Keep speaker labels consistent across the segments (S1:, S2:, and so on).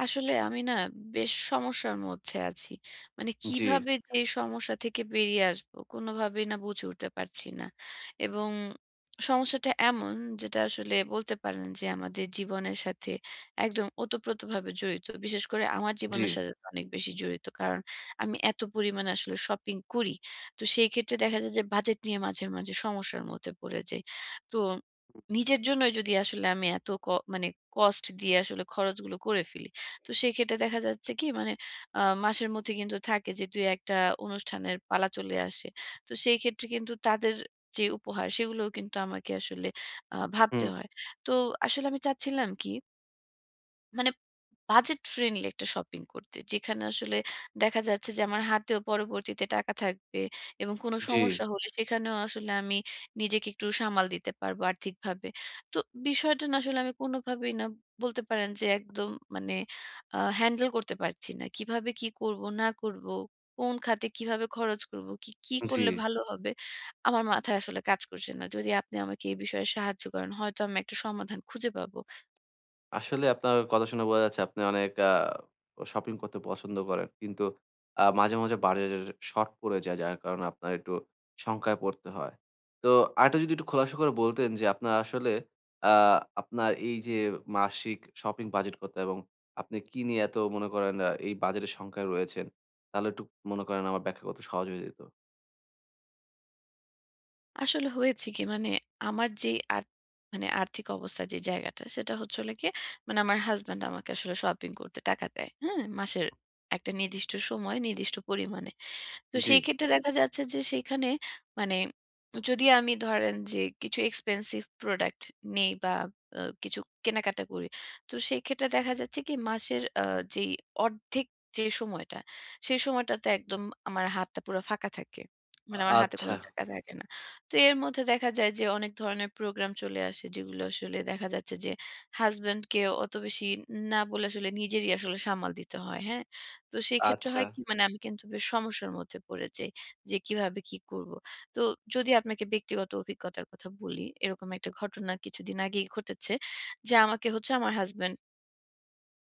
S1: আসলে আমি না বেশ সমস্যার মধ্যে আছি। মানে
S2: জি,
S1: কিভাবে যে এই সমস্যা থেকে বেরিয়ে আসবো কোনোভাবেই না বুঝে উঠতে পারছি না। এবং সমস্যাটা এমন যেটা আসলে বলতে পারেন যে আমাদের জীবনের সাথে একদম ওতপ্রোতভাবে জড়িত। বিশেষ করে আমার
S2: জি,
S1: জীবনের সাথে তো অনেক বেশি জড়িত। কারণ আমি এত পরিমাণে আসলে শপিং করি। তো সেই ক্ষেত্রে দেখা যায় যে বাজেট নিয়ে মাঝে, মাঝে সমস্যার মধ্যে পড়ে যাই। তো নিজের জন্যই যদি আসলে আমি এত ক মানে কস্ট দিয়ে আসলে খরচগুলো করে ফেলি। তো সেক্ষেত্রে দেখা যাচ্ছে কি মানে আ মাসের মধ্যে কিন্তু থাকে যে ২-১ টা অনুষ্ঠানের পালা চলে আসে। তো সেই ক্ষেত্রে কিন্তু তাদের যে উপহার সেগুলোও কিন্তু আমাকে আসলে ভাবতে
S2: হুম,
S1: হয়। তো আসলে আমি চাচ্ছিলাম কি মানে বাজেট ফ্রেন্ডলি একটা শপিং করতে। যেখানে আসলে দেখা যাচ্ছে যে আমার হাতেও পরবর্তীতে টাকা থাকবে, এবং কোনো
S2: জি,
S1: সমস্যা হলে সেখানেও আসলে আমি নিজেকে একটু সামাল দিতে পারবো আর্থিকভাবে। তো বিষয়টা না আসলে আমি কোনোভাবেই না, বলতে পারেন যে একদম, মানে হ্যান্ডেল করতে পারছি না। কিভাবে কি করব না করব, কোন খাতে কিভাবে খরচ করব, কি, কি
S2: জি।
S1: করলে ভালো হবে আমার মাথায় আসলে কাজ করছে না। যদি আপনি আমাকে এই বিষয়ে সাহায্য করেন, হয়তো আমি একটা সমাধান খুঁজে পাবো।
S2: আসলে আপনার কথা শুনে বোঝা যাচ্ছে আপনি অনেক শপিং করতে পছন্দ করেন। কিন্তু মাঝে, মাঝে বাজেটের শর্ট পড়ে যায় যার কারণে আপনার একটু শঙ্কায় পড়তে হয়। তো আরেকটা যদি একটু খোলাসা করে বলতেন যে আপনার আসলে আ আপনার এই যে মাসিক শপিং বাজেট কত এবং আপনি কি নিয়ে এত মনে করেন এই বাজেটের শঙ্কায় রয়েছেন? তাহলে একটু মনে করেন আমার ব্যাখ্যা করতে সহজ হয়ে যেত।
S1: আসলে হয়েছে কি, মানে আমার যেই আর মানে আর্থিক অবস্থা, যে জায়গাটা সেটা হচ্ছে হলো গিয়ে, মানে আমার হাজবেন্ড আমাকে আসলে শপিং করতে টাকা দেয়। হ্যাঁ? মাসের একটা নির্দিষ্ট সময় নির্দিষ্ট পরিমাণে। তো
S2: জি।
S1: সেই ক্ষেত্রে দেখা যাচ্ছে যে সেখানে মানে যদি আমি ধরেন যে কিছু এক্সপেন্সিভ প্রোডাক্ট নেই, বা কিছু কেনাকাটা করি, তো সেই ক্ষেত্রে দেখা যাচ্ছে কি মাসের যেই অর্ধেক যে সময়টা, সেই সময়টাতে একদম আমার হাতটা পুরো ফাঁকা থাকে। মানে আমার হাতে
S2: আচ্ছা,
S1: কোনো টাকা থাকে না। তো এর মধ্যে দেখা যায় যে অনেক ধরনের প্রোগ্রাম চলে আসে, যেগুলো আসলে দেখা যাচ্ছে যে হাজবেন্ডকে অত বেশি না বলে আসলে নিজেরই আসলে সামাল দিতে হয়, হ্যাঁ। তো সেই ক্ষেত্রে
S2: আচ্ছা,
S1: হয় কি, মানে আমি কিন্তু বেশ সমস্যার মধ্যে পড়ে যাই যে কিভাবে কি করব। তো যদি আপনাকে ব্যক্তিগত অভিজ্ঞতার কথা বলি, এরকম একটা ঘটনা কিছুদিন আগেই ঘটেছে। যে আমাকে হচ্ছে আমার হাসব্যান্ড,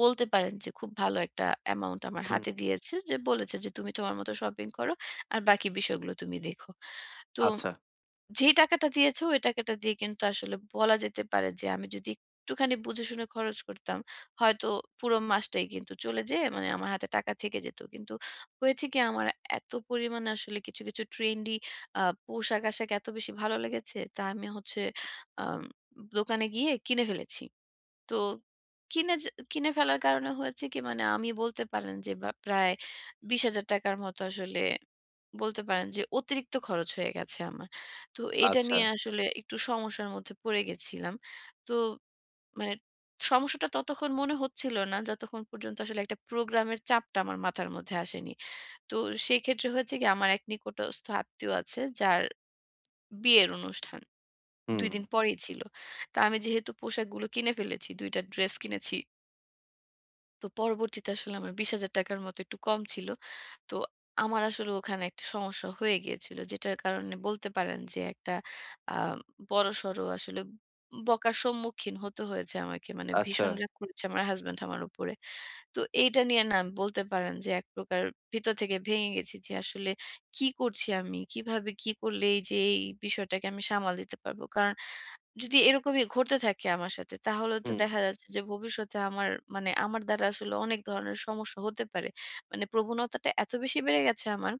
S1: বলতে পারেন যে খুব ভালো একটা অ্যামাউন্ট আমার
S2: হুম,
S1: হাতে দিয়েছে। যে বলেছে যে, "তুমি তোমার মতো শপিং করো। আর বাকি বিষয়গুলো তুমি দেখো।" তো
S2: আচ্ছা,
S1: যেই টাকাটা দিয়েছে, ওই টাকাটা দিয়ে কিন্তু আসলে বলা যেতে পারে যে আমি যদি একটুখানি বুঝে শুনে খরচ করতাম, হয়তো পুরো মাসটাই কিন্তু চলে যেয়ে, মানে আমার হাতে টাকা থেকে যেত। কিন্তু হয়েছে কি, আমার এত পরিমাণে আসলে কিছু, কিছু ট্রেন্ডি পোশাক-আশাক এত বেশি ভালো লেগেছে, তা আমি হচ্ছে আম দোকানে গিয়ে কিনে ফেলেছি। তো কিনে, যে কিনে ফেলার কারণে হয়েছে কি, মানে আমি বলতে পারেন যে বা প্রায় ৳২০,০০০ র মতো আসলে, বলতে পারেন যে অতিরিক্ত খরচ হয়ে গেছে আমার। তো এটা
S2: আচ্ছা,
S1: নিয়ে আসলে একটু সমস্যার মধ্যে পড়ে গেছিলাম। তো মানে সমস্যাটা ততক্ষণ মনে হচ্ছিল না যতক্ষণ পর্যন্ত আসলে একটা প্রোগ্রামের চাপটা আমার মাথার মধ্যে আসেনি। তো সেক্ষেত্রে হয়েছে কি, আমার এক নিকটস্থ আত্মীয় আছে যার বিয়ের অনুষ্ঠান। ২
S2: হুম।
S1: দিন পরেই ছিল। তা আমি যেহেতু পোশাকগুলো কিনে ফেলেছি, ২ টা ড্রেস কিনেছি। তো পরবর্তীতে আসলে আমার ৳২০,০০০ র মতো একটু কম ছিল। তো আমার আসলে ওখানে একটা সমস্যা হয়ে গিয়েছিল। যেটার কারণে বলতে পারেন যে একটা আ বড়সড় আসলে বকার সম্মুখীন হতে হয়েছে আমাকে। মানে
S2: আচ্ছা।
S1: ভীষণ রাগ করেছে আমার হাসব্যান্ড আমার উপরে। তো এইটা নিয়ে না আমি, বলতে পারেন যে এক প্রকার ভিতর থেকে ভেঙে গেছি যে আসলে কি করছি আমি? কিভাবে কি করলে এই যে এই বিষয়টাকে আমি সামাল দিতে পারবো? কারণ যদি এরকমই ঘটতে থাকে আমার সাথে, তাহলে তো
S2: হুম,
S1: দেখা যাচ্ছে যে ভবিষ্যতে আমার, মানে আমার দ্বারা আসলে অনেক ধরনের সমস্যা হতে পারে। মানে প্রবণতাটা এত বেশি বেড়ে গেছে আমার,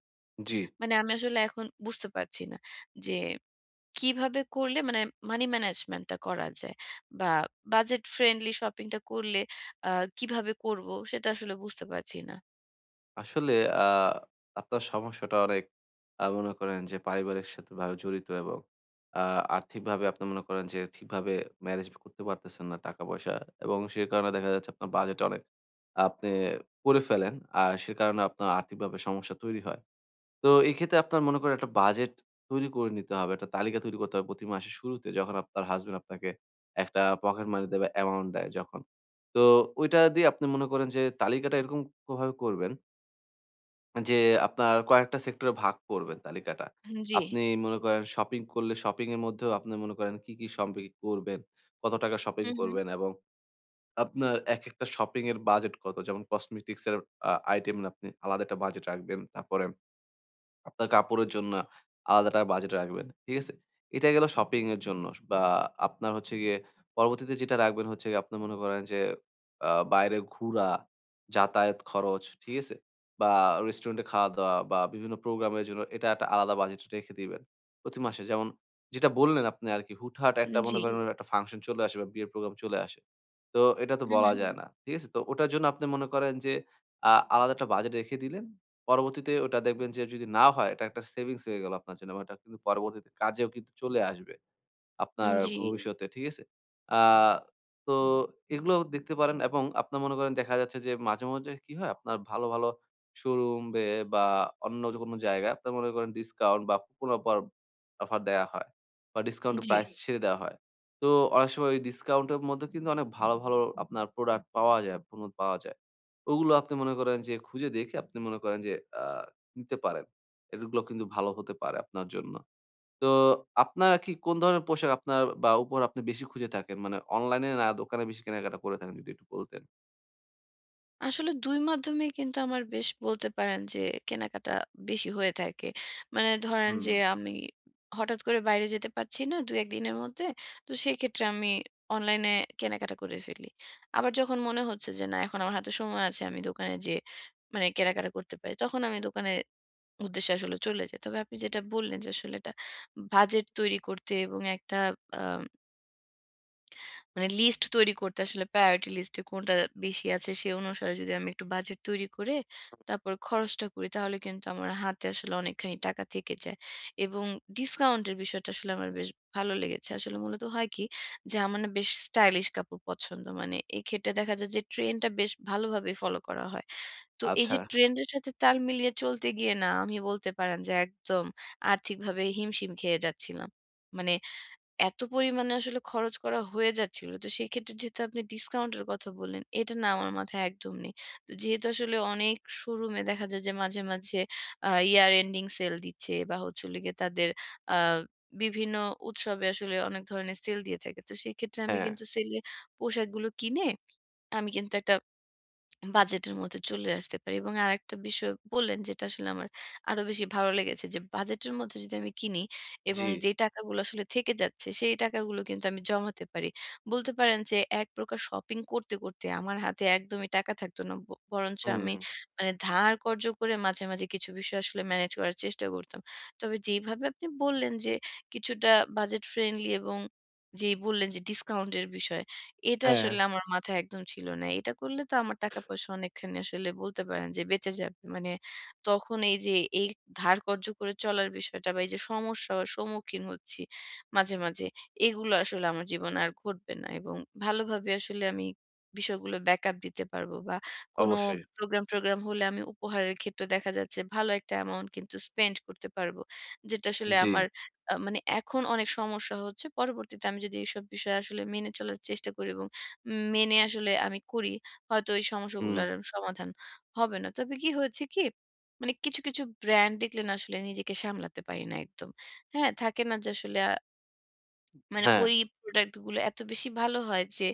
S2: জি।
S1: মানে আমি আসলে এখন বুঝতে পারছি না যে কিভাবে করলে, মানে মানি ম্যানেজমেন্ট টা করা যায়, বা বাজেট ফ্রেন্ডলি শপিং টা করলে আ কিভাবে করব সেটা আসলে বুঝতে পারছি না।
S2: আসলে আ আপনার সমস্যাটা অনেক মনে করেন যে পারিবারিক সাথে ভাবে জড়িত এবং আ আর্থিকভাবে আপনি মনে করেন যে ঠিকভাবে ম্যানেজ করতে পারতেছেন না টাকা-পয়সা, এবং সে কারণে দেখা যাচ্ছে আপনার বাজেট অনেক আপনি করে ফেলেন। আর সে কারণে আপনার আর্থিকভাবে সমস্যা তৈরি হয়। তো এক্ষেত্রে আপনার মনে করেন একটা বাজেট তৈরি করে নিতে হবে। একটা তালিকা তৈরি করতে হবে প্রতি মাসের শুরুতে যখন আপনার হাসব্যান্ড আপনাকে একটা পকেট মানি দেবে, অ্যামাউন্ট দেয় যখন। তো ওইটা দিয়ে আপনি মনে করেন যে তালিকাটা এরকম ভাবে করবেন যে আপনার কয়েকটা সেক্টরে ভাগ করবেন তালিকাটা।
S1: জি।
S2: আপনি মনে করেন শপিং করলে শপিং এর মধ্যেও আপনি মনে করেন কি, কি শপিং করবেন, কত টাকা শপিং
S1: হু, হু।
S2: করবেন এবং আপনার একেকটা শপিং এর বাজেট কত? যেমন কসমেটিক্স এর আইটেম আপনি আলাদা একটা বাজেট রাখবেন। তারপরে আপনার কাপড়ের জন্য আলাদা টাকা বাজেট রাখবেন। ঠিক আছে? এটা গেল শপিং এর জন্য। বা আপনার হচ্ছে গিয়ে পরবর্তীতে যেটা রাখবেন হচ্ছে গিয়ে আপনি মনে করেন যে বাইরে ঘুরা, যাতায়াত খরচ, ঠিক আছে? বা রেস্টুরেন্টে খাওয়া-দাওয়া বা বিভিন্ন প্রোগ্রামের জন্য এটা একটা আলাদা বাজেট রেখে দিবেন প্রতি মাসে। যেমন যেটা বললেন আপনি আরকি হুটহাট একটা
S1: জি।
S2: মনে করেন, জি। একটা ফাংশন চলে আসে বা বিয়ের প্রোগ্রাম চলে আসে। তো এটা তো
S1: হু, হু।
S2: বলা যায় হুম। না। ঠিক আছে? তো ওটার জন্য আপনি মনে করেন যে আলাদা একটা বাজেট রেখে দিলেন। পরবর্তীতে ওটা দেখবেন যে যদি না হয় এটা একটা সেভিংস হয়ে গেল আপনার জন্য। বা এটা কিন্তু পরবর্তীতে কাজেও কিন্তু চলে আসবে আপনার, হুম।
S1: জি,
S2: ভবিষ্যতে, ঠিক আছে? আ তো এগুলো দেখতে পারেন এবং আপনার মনে করেন দেখা যাচ্ছে যে মাঝে, মাঝে কি হয়, আপনার ভালো, ভালো শোরুম বা অন্য যে কোনো জায়গায় আপনার মনে করেন ডিসকাউন্ট বা কুপন অফার দেয়া হয় বা ডিসকাউন্ট
S1: জি।
S2: প্রাইস, জি। ছেড়ে দেওয়া হয়। তো অনেক সময় ওই ডিসকাউন্টের মধ্যে কিন্তু অনেক ভালো, ভালো আপনার প্রোডাক্ট পাওয়া যায়, পণ্য পাওয়া যায়। ওগুলো আপনি মনে করেন যে খুঁজে দেখে আপনি মনে করেন যে আ নিতে পারেন। এগুলো কিন্তু ভালো হতে পারে আপনার জন্য। তো আপনারা কি কোন ধরনের পোশাক আপনার বা উপহার আপনি বেশি খুঁজে থাকেন? মানে অনলাইনে না দোকানে বেশি কেনাকাটা করে থাকেন যদি একটু বলতেন?
S1: আসলে ২ মাধ্যমে কিন্তু আমার বেশ, বলতে পারেন যে কেনাকাটা বেশি হয়ে থাকে। মানে ধরেন
S2: হুম।
S1: যে আমি হঠাৎ করে বাইরে যেতে পারছি না ২-১ দিনের মধ্যে। তো সেক্ষেত্রে আমি অনলাইনে কেনাকাটা করে ফেলি। আবার যখন মনে হচ্ছে যে না, এখন আমার হাতে সময় আছে, আমি দোকানে যেয়ে মানে কেনাকাটা করতে পারি, তখন আমি দোকানের উদ্দেশ্যে আসলে চলে যাই। তবে আপনি যেটা বললেন যে আসলে এটা বাজেট তৈরি করতে, এবং একটা আ মানে লিস্ট তৈরি করতে, আসলে প্রায়োরিটি লিস্টে কোনটা বেশি আছে সে অনুসারে যদি আমি একটু বাজেট তৈরি করে তারপর খরচটা করি, তাহলে কিন্তু আমার হাতে আসলে অনেকখানি টাকা থেকে যায়। এবং ডিসকাউন্টের বিষয়টা আসলে আমার বেশ ভালো লেগেছে। আসলে মূলত হয় কি, যে আমার না বেশ স্টাইলিশ কাপড় পছন্দ, মানে এই ক্ষেত্রে দেখা যায় যে ট্রেন্ডটা বেশ ভালোভাবে ফলো করা হয়। তো এই
S2: আচ্ছা,
S1: যে ট্রেন্ডের সাথে তাল মিলিয়ে চলতে গিয়ে না, আমি বলতে পারেন যে একদম আর্থিকভাবে হিমশিম খেয়ে যাচ্ছিলাম, মানে এত পরিমাণে আসলে খরচ করা হয়ে যাচ্ছিল। তো সেক্ষেত্রে যেহেতু আপনি ডিসকাউন্ট এর কথা বললেন, এটা না আমার মাথায় একদম নেই। তো যেহেতু আসলে অনেক শোরুমে দেখা যায় যে মাঝে, মাঝে ইয়ার এন্ডিং সেল দিচ্ছে, বা হচ্ছে হলো গিয়ে তাদের আ বিভিন্ন উৎসবে আসলে অনেক ধরনের সেল দিয়ে থাকে। তো সেক্ষেত্রে আমি
S2: হ্যাঁ,
S1: কিন্তু সেলে পোশাকগুলো কিনে আমি কিন্তু একটা বাজেটের মধ্যে চলে আসতে পারি। এবং আরেকটা বিষয় বললেন যেটা আসলে আমার আরো বেশি ভালো লেগেছে, যে বাজেটের মধ্যে যদি আমি কিনি, এবং
S2: জি,
S1: যে টাকাগুলো আসলে থেকে যাচ্ছে সেই টাকাগুলো কিন্তু আমি জমাতে পারি। বলতে পারেন যে এক প্রকার শপিং করতে করতে আমার হাতে একদমই টাকা থাকতো না, বরঞ্চ
S2: হুম,
S1: আমি মানে ধার কর্জ করে মাঝে মাঝে কিছু বিষয় আসলে ম্যানেজ করার চেষ্টা করতাম। তবে যেইভাবে আপনি বললেন যে কিছুটা বাজেট ফ্রেন্ডলি, এবং যেই বললেন যে ডিসকাউন্টের বিষয়, এটা
S2: হ্যাঁ।
S1: আসলে আমার মাথায় একদম ছিল না। এটা করলে তো আমার টাকা-পয়সা অনেকখানি আসলে, বলতে পারেন যে বেঁচে যাবে। মানে তখন এই যে এই ধার কর্জ করে চলার বিষয়টা, বা এই যে সমস্যার সম্মুখীন হচ্ছি মাঝে, মাঝে, এগুলো আসলে আমার জীবনে আর ঘটবে না। এবং ভালোভাবে আসলে আমি বিষয়গুলো ব্যাকআপ দিতে পারবো, বা কোনো
S2: অবশ্যই,
S1: প্রোগ্রাম-টোগ্রাম হলে আমি উপহারের ক্ষেত্রে দেখা যাচ্ছে ভালো একটা অ্যামাউন্ট কিন্তু স্পেন্ড করতে পারবো। যেটা আসলে
S2: জি,
S1: আমার মানে এখন অনেক সমস্যা হচ্ছে। পরবর্তীতে আমি যদি এইসব বিষয় আসলে মেনে চলার চেষ্টা করি, এবং মেনে আসলে আমি করি, হয়তো এই
S2: হুম,
S1: সমস্যাগুলার সমাধান হবে না। তবে কি হয়েছে কি? মানে কিছু, কিছু ব্র্যান্ড দেখলে না আসলে নিজেকে সামলাতে পারি না একদম। হ্যাঁ? থাকে না যে আসলে মানে
S2: হ্যাঁ,
S1: ওই প্রোডাক্ট গুলো এত বেশি ভালো হয় যে,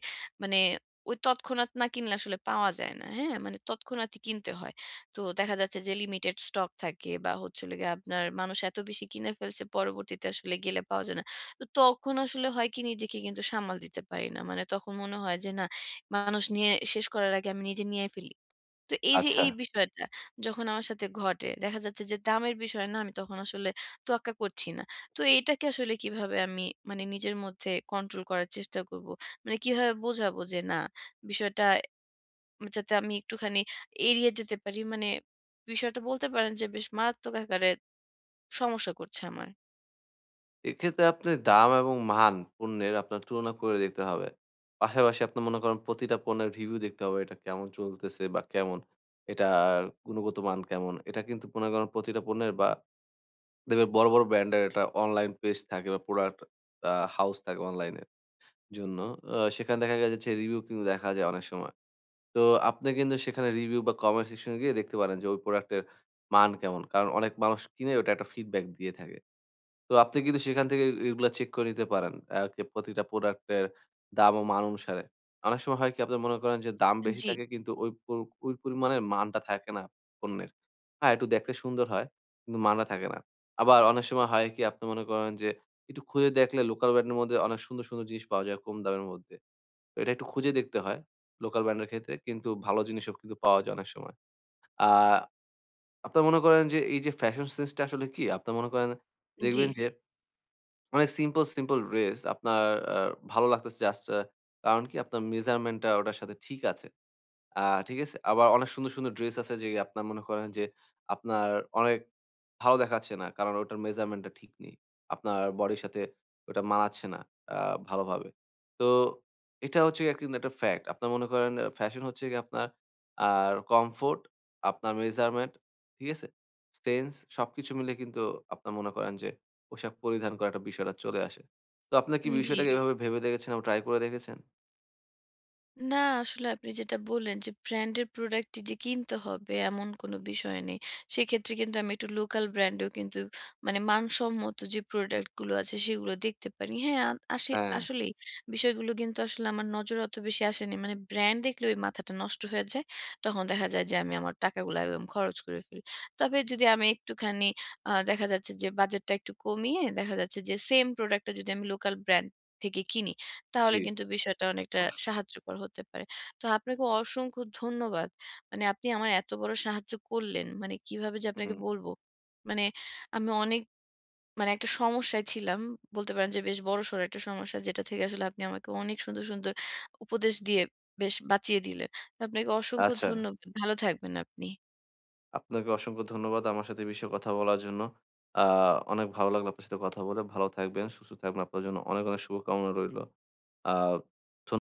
S1: মানে ওই তৎক্ষণাৎ না কিনলে আসলে পাওয়া যায় না। হ্যাঁ? মানে তৎক্ষণাৎই কিনতে হয়। তো দেখা যাচ্ছে যে লিমিটেড স্টক থাকে, বা হচ্ছে হলো গিয়ে আপনার মানুষ এত বেশি কিনে ফেলছে পরবর্তীতে আসলে গেলে পাওয়া যায় না। তো তখন আসলে হয় কি, নিজেকে কিন্তু সামাল দিতে পারি না। মানে তখন মনে হয় যে না, মানুষ নিয়ে শেষ করার আগে আমি নিজে নিয়ে ফেলি। তো এই যে
S2: আচ্ছা।
S1: এই বিষয়টা যখন আমার সাথে ঘটে, দেখা যাচ্ছে যে দামের বিষয় না আমি তখন আসলে তোয়াক্কা করছি না। তো এটাকে আসলে কিভাবে আমি মানে নিজের মধ্যে কন্ট্রোল করার চেষ্টা করব? মানে কিভাবে বোঝাবো যে না বিষয়টা, যাতে আমি একটুখানি এড়িয়ে যেতে পারি। মানে বিষয়টা, বলতে পারেন যে বেশ মারাত্মক আকারে সমস্যা করছে আমার।
S2: এক্ষেত্রে আপনি দাম এবং মান পণ্যের আপনার তুলনা করে দেখতে হবে। পাশাপাশি আপনি মনে করেন প্রতিটা পণ্যের রিভিউ দেখতে হবে, এটা কেমন চলতেছে বা কেমন, এটার গুণগত মান কেমন। এটা কিন্তু মনে করেন প্রতিটা পণ্যের বা দেখবেন বড়, বড় ব্র্যান্ডের একটা অনলাইন পেজ থাকে বা প্রোডাক্ট হাউস থাকে অনলাইনের জন্য। সেখানে দেখা গেছে যে রিভিউ কিন্তু দেখা যায় অনেক সময়। তো আপনি কিন্তু সেখানে রিভিউ বা কমেন্ট সেকশন এ গিয়ে দেখতে পারেন যে ওই প্রোডাক্টের মান কেমন। কারণ অনেক মানুষ কিনে ওটা একটা ফিডব্যাক দিয়ে থাকে। তো আপনি কিন্তু সেখান থেকে এগুলা চেক করে নিতে পারেন। আ কে প্রতিটা প্রোডাক্টের দাম ও মান অনুসারে। অনেক সময় হয় কি আপনার মনে করেন যে দাম বেশি
S1: জি,
S2: থাকে কিন্তু ওই পরিমাণের মানটা থাকে না পণ্যের। হ্যাঁ, একটু দেখতে সুন্দর হয় কিন্তু মানটা থাকে না। আবার অনেক সময় হয় কি আপনি মনে করেন যে একটু খুঁজে দেখলে লোকাল ব্র্যান্ডের মধ্যে অনেক সুন্দর, সুন্দর জিনিস পাওয়া যায় কম দামের মধ্যে। তো এটা একটু খুঁজে দেখতে হয়, লোকাল ব্র্যান্ডের ক্ষেত্রে কিন্তু ভালো জিনিসও কিন্তু পাওয়া যায় অনেক সময়। আ আপনারা মনে করেন যে এই যে ফ্যাশন সেন্সটা আসলে কি? আপনারা মনে করেন
S1: জি,
S2: দেখবেন যে অনেক সিম্পল, সিম্পল ড্রেস আপনার আ ভালো লাগতেছে, জাস্ট কারণ কি আপনার মেজারমেন্ট টা ওটার সাথে ঠিক আছে। আ ঠিক আছে? আবার অনেক সুন্দর, সুন্দর ড্রেস আছে যে আপনার মনে করেন যে আপনার অনেক ভালো দেখাচ্ছে না। কারণ ওটার মেজারমেন্ট টা ঠিক নেই। আপনার বডির সাথে ওটা মানাচ্ছে না আ ভালোভাবে। তো এটা হচ্ছে গিয়ে কিন্তু একটা ফ্যাক্ট। আপনার মনে করেন ফ্যাশন হচ্ছে গিয়ে আপনার আর কমফোর্ট, আপনার মেজারমেন্ট, ঠিক আছে? সেন্স সবকিছু মিলে কিন্তু আপনার মনে করেন যে পোশাক পরিধান করার একটা বিষয়টা চলে আসে। তো আপনার কি
S1: জি।
S2: বিষয়টাকে, জি। এভাবে ভেবে দেখেছেন এবং ট্রাই করে দেখেছেন?
S1: না, আসলে আপনি যেটা বললেন যে ব্র্যান্ডের প্রোডাক্টই যে কিনতে হবে এমন কোনো বিষয় নেই। সেক্ষেত্রে কিন্তু আমি একটু লোকাল ব্র্যান্ডেও কিন্তু মানে মানসম্মত যে প্রোডাক্টগুলো আছে সেগুলো দেখতে পারি। হ্যাঁ, আসে
S2: হ্যাঁ,
S1: আসলেই বিষয়গুলো কিন্তু আসলে আমার নজরে অত বেশি আসেনি। মানে ব্র্যান্ড দেখলে ওই মাথাটা নষ্ট হয়ে যায়। তখন দেখা যায় যে আমি আমার টাকাগুলো একদম খরচ করে ফেলি। তবে যদি আমি একটুখানি দেখা যাচ্ছে যে বাজেটটা একটু কমিয়ে, দেখা যাচ্ছে যে সেম প্রোডাক্টটা যদি আমি লোকাল ব্র্যান্ড থেকে কিনি, তাহলে
S2: জি।
S1: কিন্তু বিষয়টা অনেকটা সাহায্যকর হতে পারে। তো আপনাকে অসংখ্য ধন্যবাদ। মানে আপনি আমার এত বড় সাহায্য করলেন। মানে কিভাবে যে আপনাকে
S2: হুম,
S1: বলবো? মানে আমি অনেক, মানে একটা সমস্যায় ছিলাম। বলতে পারেন যে বেশ বড়সড় একটা সমস্যা, যেটা থেকে আসলে আপনি আমাকে অনেক সুন্দর, সুন্দর উপদেশ দিয়ে বেশ বাঁচিয়ে দিলেন। তো আপনাকে অসংখ্য
S2: আচ্ছা।
S1: ধন্যবাদ। ভালো থাকবেন আপনি।
S2: আপনাকে অসংখ্য ধন্যবাদ আমার সাথে এই বিষয়ে কথা বলার জন্য। আ অনেক ভালো লাগলো আপনার সাথে কথা বলে। ভালো থাকবেন, সুস্থ থাকবেন। আপনার জন্য অনেক, অনেক শুভকামনা রইলো। আ ধন্য